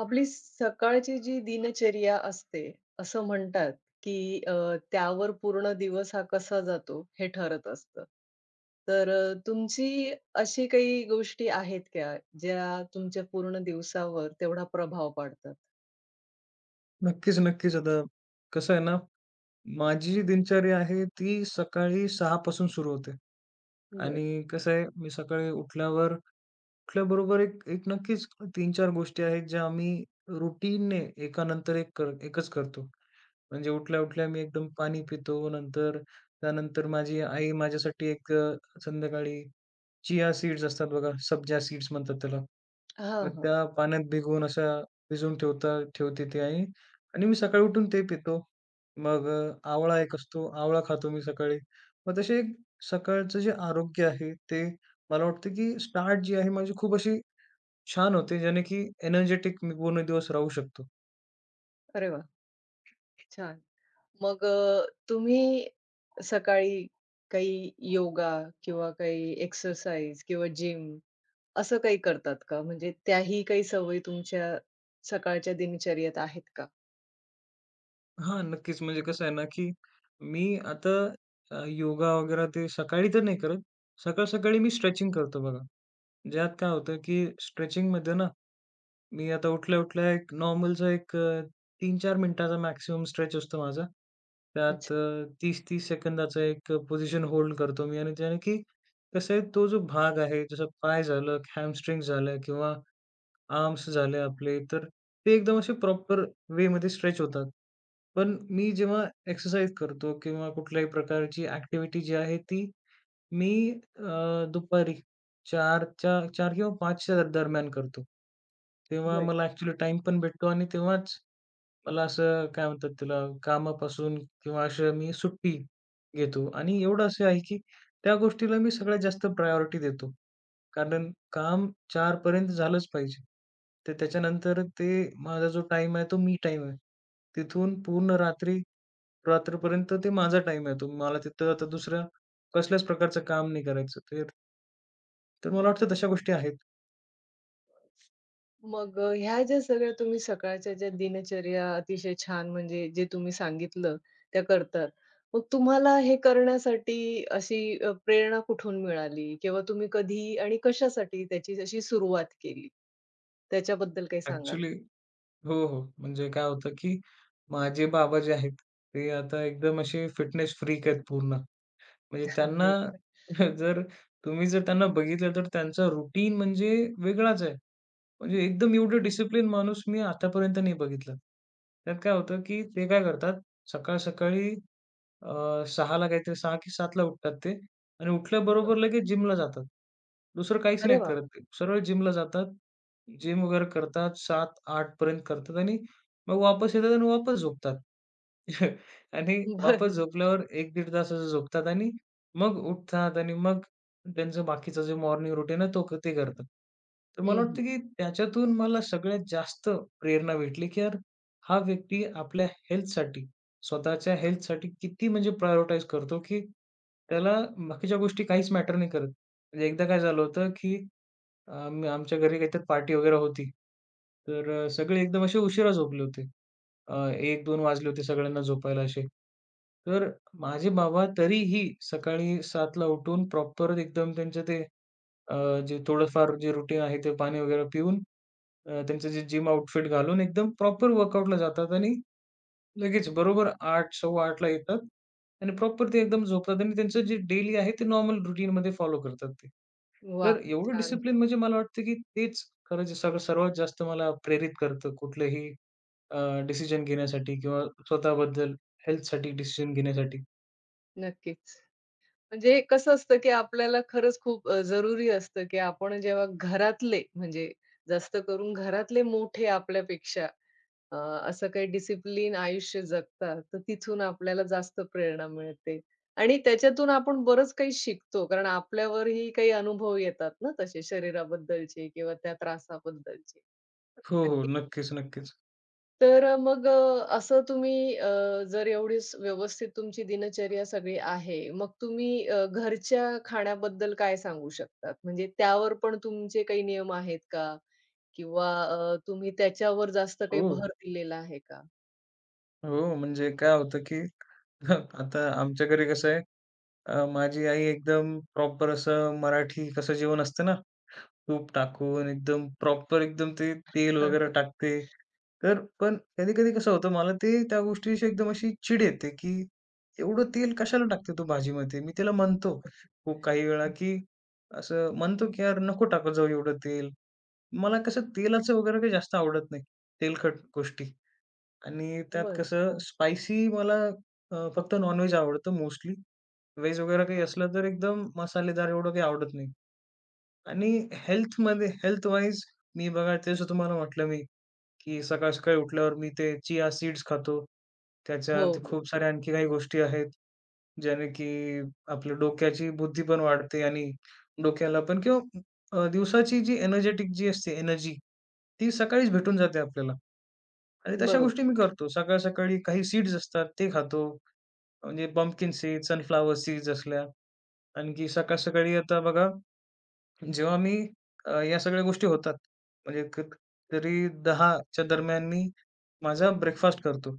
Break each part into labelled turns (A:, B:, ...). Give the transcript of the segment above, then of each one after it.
A: आपली सकाळची जी दिनचर्या असते, असं म्हणतात, की त्यावर पूर्ण दिवस हा कसा जातो हे ठरत असतं. तर तुमची अशी काही गोष्टी आहेत का, ज्या तुमच्या पूर्ण दिवसावर तेवढा प्रभाव पाडतात?
B: नक्कीच, नक्कीच. आता कसं आहे ना, माझी जी दिनचर्या आहे ती सकाळी 6 पासून सुरू होते.
A: बरं.
B: आणि कसं आहे मी सकाळी उठल्यावर उठल्याबरोबर एक एक नक्कीच 3-4 गोष्टी आहेत ज्या आम्ही रुटीनने एकानंतर एक एकच करतो. म्हणजे उठल्या-उठल्या मी एकदम पाणी पितो. नंतर त्यानंतर माझी आई माझ्यासाठी एक संध्याकाळी चिया सीड्स असतात बघा, सब्जा सीड्स म्हणतात त्याला.
A: हां,
B: मग
A: हां.
B: त्या पाण्यात भिजवून अशा भिजवून ठेवते ते आई आणि मी सकाळी उठून ते पितो. मग आवळा एक असतो, आवळा खातो मी सकाळी. मग तसे एक सकाळचं जे आरोग्य आहे ते मला वाटतं, की स्टार्ट जी आहे माझी खूप अशी छान होते, ज्याने की एनर्जेटिक मी पूर्ण दिवस राहू शकतो.
A: अरे वाह! छान. मग तुम्ही सकाळी काही योगा किंवा काही एक्सरसाइज किंवा जिम असं काही करतात का? म्हणजे त्याही काही सवयी तुमच्या सकाळच्या दिनचर्येत आहेत का?
B: हां, नक्कीच. म्हणजे कसं आहे ना, की मी आता योगा वगैरे ते सकाळी तर नाही करत. सकाळ-सकाळी मी स्ट्रेचिंग करतो बघा. ज्यात काय होतं, की स्ट्रेचिंगमध्ये ना, मी आता उठल्या-उठल्या एक नॉर्मलचा एक 3-4 मिनिटाचा मॅक्सिमम स्ट्रेच असतो माझा. त्यात
A: अच्छा.
B: 30-30 सेकंदाचा एक पोझिशन होल्ड करतो मी आणि त्याने की कसं आहे, तो जो भाग आहे, जसं पाय झालं, हॅमस्ट्रिंग झालं किंवा आर्म्स झाले आपले, तर ते एकदम असे प्रॉपर वेमध्ये स्ट्रेच होतात. पण मी जेव्हा एक्सरसाइज करतो किंवा कुठल्याही प्रकारची ॲक्टिव्हिटी जी आहे ती मी दुपारी 4च्या 4 किंवा 5च्या दरम्यान करतो. तेव्हा
A: बरं.
B: मला ॲक्चुअली टाइम पण भेटतो आणि तेव्हाच मला असं काय म्हणतात त्याला कामापासून किंवा असं मी सुट्टी घेतो आणि एवढं असं आहे की त्या गोष्टीला मी सगळ्यात जास्त प्रायोरिटी देतो. कारण काम 4 पर्यंत झालंच पाहिजे. तर त्याच्यानंतर ते माझा जो टाईम आहे तो मी टाईम आहे. तिथून पूर्ण रात्री रात्रीपर्यंत ते माझा टाइम आहे तो. मला तिथं आता दुसरं कसल्याच प्रकारचं काम नाही करायचं. तर तर मला वाटतं तशा गोष्टी आहेत.
A: मग ह्या ज्या सगळ्या तुम्ही सकाळच्या ज्या दिनचर्या अतिशय छान म्हणजे जे तुम्ही सांगितलं त्या करतात. मग तुम्हाला हे करण्यासाठी अशी प्रेरणा कुठून मिळाली? किंवा तुम्ही कधी आणि कशासाठी त्याची अशी सुरुवात केली? त्याच्याबद्दल काही सांगाल?
B: ॲक्चुअली हो, हो. म्हणजे काय होतं, की माझे बाबा जे आहेत, ते आता एकदम असे फिटनेस फ्रीक आहेत पूर्ण. म्हणजे त्यांना
A: बरं.
B: जर तुम्ही जर त्यांना बघितलं, तर त्यांचा रुटीन म्हणजे वेगळाच आहे. म्हणजे एकदम एवढं डिसिप्लिन माणूस मी आतापर्यंत नाही बघितलं. त्यात काय होतं, की ते काय करतात, सकाळ-सकाळी 6 ला काहीतरी 6 की 7 ला उठतात ते आणि उठल्याबरोबर लगेच जिमला जातात. दुसरं काहीच
A: अरे
B: नाही
A: वाह!
B: करत ते. सरळ जिमला जातात, जिम वगैरे करतात, 7-8 पर्यंत करतात आणि मग वापस येतात आणि वापस झोपतात. आणि वापस
A: बरं.
B: झोपल्यावर 1-1.5 तास असं झोपतात आणि मग उठतात आणि मग त्यांचं बाकीचं जे मॉर्निंग रुटीन आहे तो क ते करतात. तर
A: हं,
B: मला
A: हं.
B: वाटतं की त्याच्यातून मला सगळ्यात जास्त प्रेरणा भेटली, की यार हा व्यक्ती आपल्या हेल्थसाठी, स्वतःच्या हेल्थसाठी किती म्हणजे प्रायोरिटाईज करतो, की त्याला बाकीच्या गोष्टी काहीच मॅटर नाही करत. म्हणजे एकदा काय झालं होतं, की आमच्या घरी काहीतरी पार्टी वगैरे होती. तर सगळे एकदम असे उशिरा झोपले होते. 1-2 वाजले होते सगळ्यांना झोपायला असे. तर माझे बाबा तरीही सकाळी 7 ला उठून प्रॉपर एकदम त्यांचं ते अ, जे थोडंफार जे रुटीन आहे ते पाणी वगैरे पिऊन त्यांचं जे जिम आउटफिट घालून एकदम प्रॉपर वर्कआउटला जातात आणि लगेच बरोबर 8, 8:15 ला येतात आणि प्रॉपर ते एकदम झोपतात आणि त्यांचं जे डेली आहे ते नॉर्मल रुटीनमध्ये फॉलो करतात ते. तर एवढं
A: छान.
B: डिसिप्लिन म्हणजे मला वाटतं की तेच खरंच सगळं सर्वात जास्त मला प्रेरित करतं कुठलंही डिसिजन घेण्यासाठी किंवा स्वतःबद्दल हेल्थसाठी डिसिजन घेण्यासाठी?
A: नक्कीच. म्हणजे कसं असतं, की आपल्याला खरंच खूप जरुरी असतं, की आपण जेव्हा घरातले म्हणजे जास्त करून घरातले मोठे आपल्यापेक्षा अ, असं काही डिसिप्लिन आयुष्य जगतात, तर तिथून आपल्याला जास्त प्रेरणा मिळते आणि त्याच्यातून आपण बरंच काही शिकतो. कारण आपल्यावरही काही अनुभव येतात ना तसे शरीराबद्दलचे किंवा त्या त्रासाबद्दलचे.
B: हो, हो. नक्कीच, नक्कीच.
A: तर मग असं तुम्ही जर एवढी व्यवस्थित तुमची दिनचर्या सगळी आहे, मग तुम्ही घरच्या खाण्याबद्दल काय सांगू शकतात? म्हणजे त्यावर पण तुमचे काही नियम आहेत का? किंवा तुम्ही त्याच्यावर जास्त काही
B: हो.
A: भर दिलेला आहे का?
B: हो, म्हणजे काय होतं, की आता आमच्या घरी कसं आहे माझी आई एकदम प्रॉपर असं मराठी कसं जेवण असतं ना, तूप टाकून एकदम प्रॉपर एकदम ते तेल वगैरे टाकते. तर पण कधी-कधी कसं होतं मला ते त्या गोष्टीची एकदम अशी चिड येते, की एवढं तेल कशाला टाकते तू भाजीमध्ये? मी तिला म्हणतो खूप काही
A: हां,
B: वेळा,
A: हां. हं,
B: की असं म्हणतो, की "यार नको टाकत जाऊ एवढं तेल." मला कसं तेलाचं वगैरे काही जास्त आवडत नाही, तेलकट गोष्टी. आणि त्यात
A: बरं.
B: कसं
A: हां,
B: स्पायसी मला फक्त नॉन-व्हेज आवडतं मोस्टली. व्हेज वगैरे
A: हां,
B: काही असलं तर एकदम मसालेदार एवढं काही आवडत नाही. आणि हेल्थमध्ये हेल्थ वाईज मी बघा जसं तुम्हाला म्हटलं मी, की सकाळ-सकाळी उठल्यावर मी ते चिया सीड्स खातो. त्याच्यात
A: हो, हो.
B: खूप साऱ्या आणखी काही गोष्टी आहेत, ज्याने की आपल्या डोक्याची बुद्धी पण वाढते आणि डोक्याला पण किंवा दिवसाची जी एनर्जेटिक जी असते एनर्जी, ती सकाळीच भेटून जाते आपल्याला. आणि तशा गोष्टी
A: बरोबर.
B: मी करतो. सकाळ-सकाळी काही सीड्स असतात ते खातो. म्हणजे पंपकिन सीड्स, सनफ्लॉवर सीड्स असल्या. आणखी सकाळ-सकाळी आता बघा जेव्हा मी या सगळ्या गोष्टी होतात. म्हणजे तरी 10च्या दरम्यान मी माझा ब्रेकफास्ट करतो.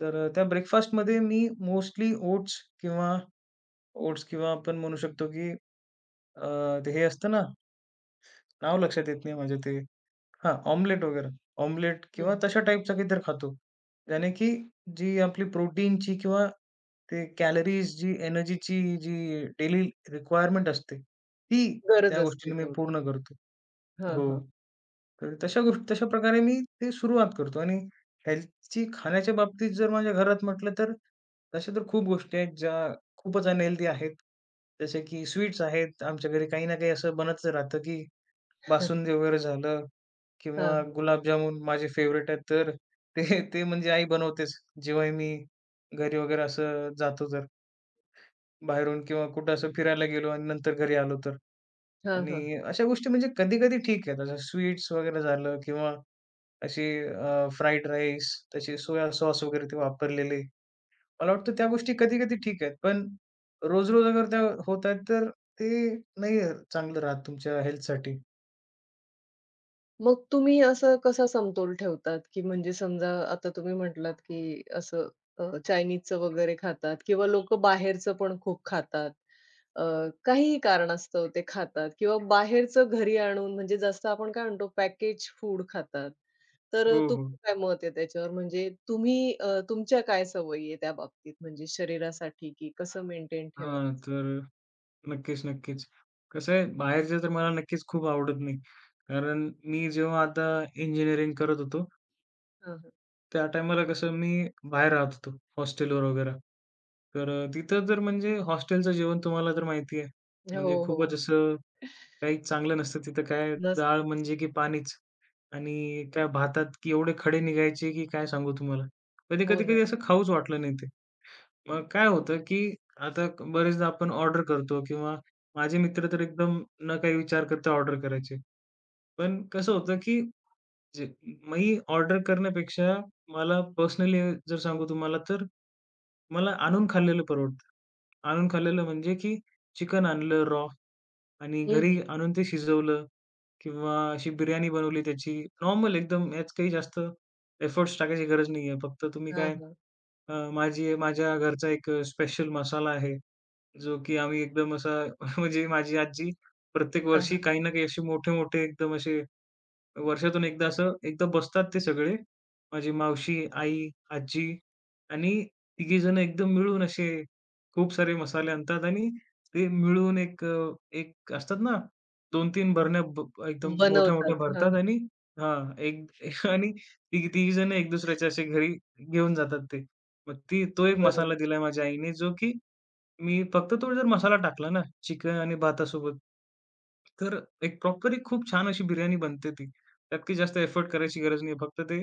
B: तर त्या ब्रेकफास्टमध्ये मी मोस्टली ओट्स किंवा आपण म्हणू शकतो की अ, ते हे असतं ना, नाव लक्षात येत नाही माझ्या ते हां, ऑमलेट वगैरे. ऑमलेट
A: हं,
B: किंवा तशा टाईपचं काहीतरी खातो. त्याने की जी आपली प्रोटीनची किंवा ते कॅलरीज जी एनर्जीची जी डेली रिक्वायरमेंट असते, ती
A: गरज
B: त्या
A: असते
B: गोष्टीने मी
A: तेवढी.
B: पूर्ण करतो.
A: हां,
B: हो.
A: हां.
B: तर तशा गोष्टी तशा प्रकारे मी ते सुरुवात करतो आणि हेल्थची खाण्याच्या बाबतीत जर माझ्या घरात म्हटलं तर तशा तर खूप गोष्टी आहेत ज्या खूपच अनहेल्दी आहेत. जसे की स्वीट्स आहेत. आमच्या घरी काही ना काही असं बनतच राहतं, की बासुंदी वगैरे झालं किंवा
A: हां, हां.
B: गुलाबजामुन माझे फेवरेट आहेत. तर ते ते म्हणजे आई बनवतेच. जेव्हाही मी घरी वगैरे असं जातो तर बाहेरून किंवा कुठं असं फिरायला गेलो आणि नंतर घरी आलो तर.
A: हां, हां.
B: आणि अशा गोष्टी म्हणजे कधी-कधी ठीक आहेत. अशा स्वीट्स वगैरे झालं किंवा अशी फ्राईड राईस, तसे सोया सॉस वगैरे ते वापरलेले. मला वाटतं त्या गोष्टी कधी-कधी ठीक आहेत. पण रोज-रोज अगर त्या होत आहेत तर ते नाही चांगलं राहत तुमच्या हेल्थसाठी.
A: मग तुम्ही असं कसा समतोल ठेवतात, की म्हणजे समजा आता तुम्ही म्हटलात, की असं चायनीजचं वगैरे खातात किंवा लोकं बाहेरचं पण खूप खातात. अ, काहीही कारणास्तव ते खातात किंवा बाहेरचं घरी आणून म्हणजे जसं आपण काय म्हणतो पॅकेज फूड खातात. तर
B: हो, हो.
A: तुमचं काय मत आहे त्याच्यावर? म्हणजे तुम्ही तुमच्या काय सवयी आहे त्या बाबतीत म्हणजे शरीरासाठी की कसं मेंटेन
B: हां,
A: ठेवायचं?
B: तर नक्कीच, नक्कीच. कसं आहे बाहेरचं तर मला नक्कीच खूप आवडत नाही. कारण मी जेव्हा आता इंजिनिअरिंग करत होतो,
A: हां, हां.
B: त्या टाईमाला कसं मी बाहेर राहत होतो हॉस्टेलवर वगैरे. तर तिथं तर म्हणजे हॉस्टेलचं जेवण तुम्हाला तर माहिती आहे. म्हणजे
A: हो, हो.
B: खूपच असं काही चांगलं नसतं तिथं काय डाळ
A: नसतंच.
B: म्हणजे की पाणीच आणि काय भातात की एवढे खडे निघायचे की काय सांगू तुम्हाला. कधी,
A: हो
B: कधी,
A: ना.
B: कधी असं खाऊच वाटलं नाही ते. मग काय होतं, की आता बरेचदा आपण ऑर्डर करतो किंवा माझे मित्र तर एकदम न काही विचार करता ऑर्डर करायचे. पण कसं होतं, की जे मी ऑर्डर करण्यापेक्षा मला पर्सनली जर सांगू तुम्हाला तर मला आणून खाल्लेलं परवडतं. आणून खाल्लेलं म्हणजे, की चिकन आणलं रॉ आणि
A: हं,
B: घरी
A: हं.
B: आणून ते शिजवलं किंवा अशी बिर्याणी बनवली त्याची नॉर्मल एकदम यात काही जास्त एफर्ट्स टाकायची गरज नाहीये. फक्त तुम्ही
A: हां,
B: काय
A: हां.
B: अ, माझी माझ्या घरचा एक स्पेशल मसाला आहे. जो की आम्ही एकदम असा म्हणजे माझी आजी प्रत्येक
A: हां,
B: वर्षी
A: हां.
B: काही ना काही असे मोठे-मोठे एकदम असे वर्षातून एकदा असं एकदा बसतात ते सगळे. माझी मावशी, आई, आजी आणि तिघीजण एकदम मिळून असे खूप सारे मसाले आणतात आणि ते मिळून एक एक असतात ना 2-3 भरण्या ब ब- एकदम मोठ्या-मोठ्या भरतात
A: बनवतात.
B: आणि हां, एक आणि तिघीजण एक दुसऱ्याच्या असे घरी घेऊन जातात ते. मग ती तो एक मसाला
A: बरोबर,
B: दिलाय माझ्या आईने जो की मी फक्त तो जर मसाला टाकला ना, चिकन आणि भातासोबत, तर एक प्रॉपर एक खूप छान अशी बिर्याणी बनते ती. त्यात काही जास्त एफर्ट करायची गरज नाही. फक्त ते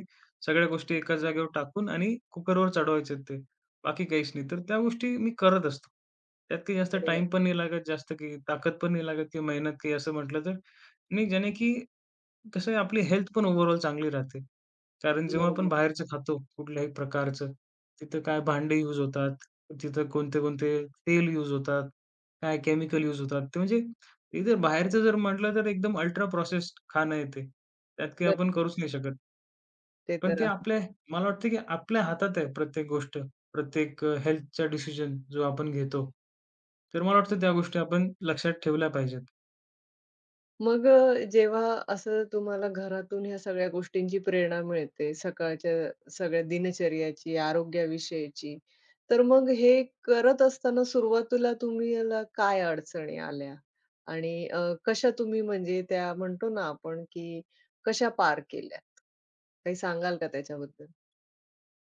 B: सगळ्या गोष्टी एकाच जागेवर टाकून आणि कुकरवर चढवायचे ते. बाकी काहीच नाही. तर त्या गोष्टी मी करत असतो. त्यात काही जास्त
A: बरोबर.
B: टाईम पण नाही लागत, जास्त काही ताकद पण नाही लागत किंवा मेहनत काही असं म्हटलं तर. नाही, ज्याने की कसं आहे आपली हेल्थ पण ओव्हरऑल चांगली राहते. कारण जेव्हा आपण
A: बरोबर.
B: बाहेरचं खातो कुठल्याही प्रकारचं, तिथं काय भांडे यूज होतात, तिथं कोणते-कोणते तेल यूज होतात, काय केमिकल यूज होतात. ते म्हणजे इथे बाहेरचं जर म्हटलं तर एकदम अल्ट्रा प्रोसेस्ड खाणं आहे त्यात काही आपण करूच
A: नक्कीच.
B: नाही शकत.
A: ते
B: पण
A: तर
B: ते
A: आहे.
B: आपल्या मला वाटतं की आपल्या हातात आहे प्रत्येक गोष्ट, प्रत्येक हेल्थचा डिसिजन जो आपण घेतो. तर मला वाटतं त्या गोष्टी आपण लक्षात ठेवल्या पाहिजेत.
A: मग जेव्हा असं तुम्हाला घरातून ह्या सगळ्या गोष्टींची प्रेरणा मिळते, सकाळच्या सगळ्या दिनचर्याची, आरोग्याविषयीची, तर मग हे करत असताना सुरुवातीला तुम्हाला काय अडचणी आल्या? आणि कशा तुम्ही म्हणजे त्या म्हणतो ना आपण, की कशा पार केल्यात? काही सांगाल का त्याच्याबद्दल?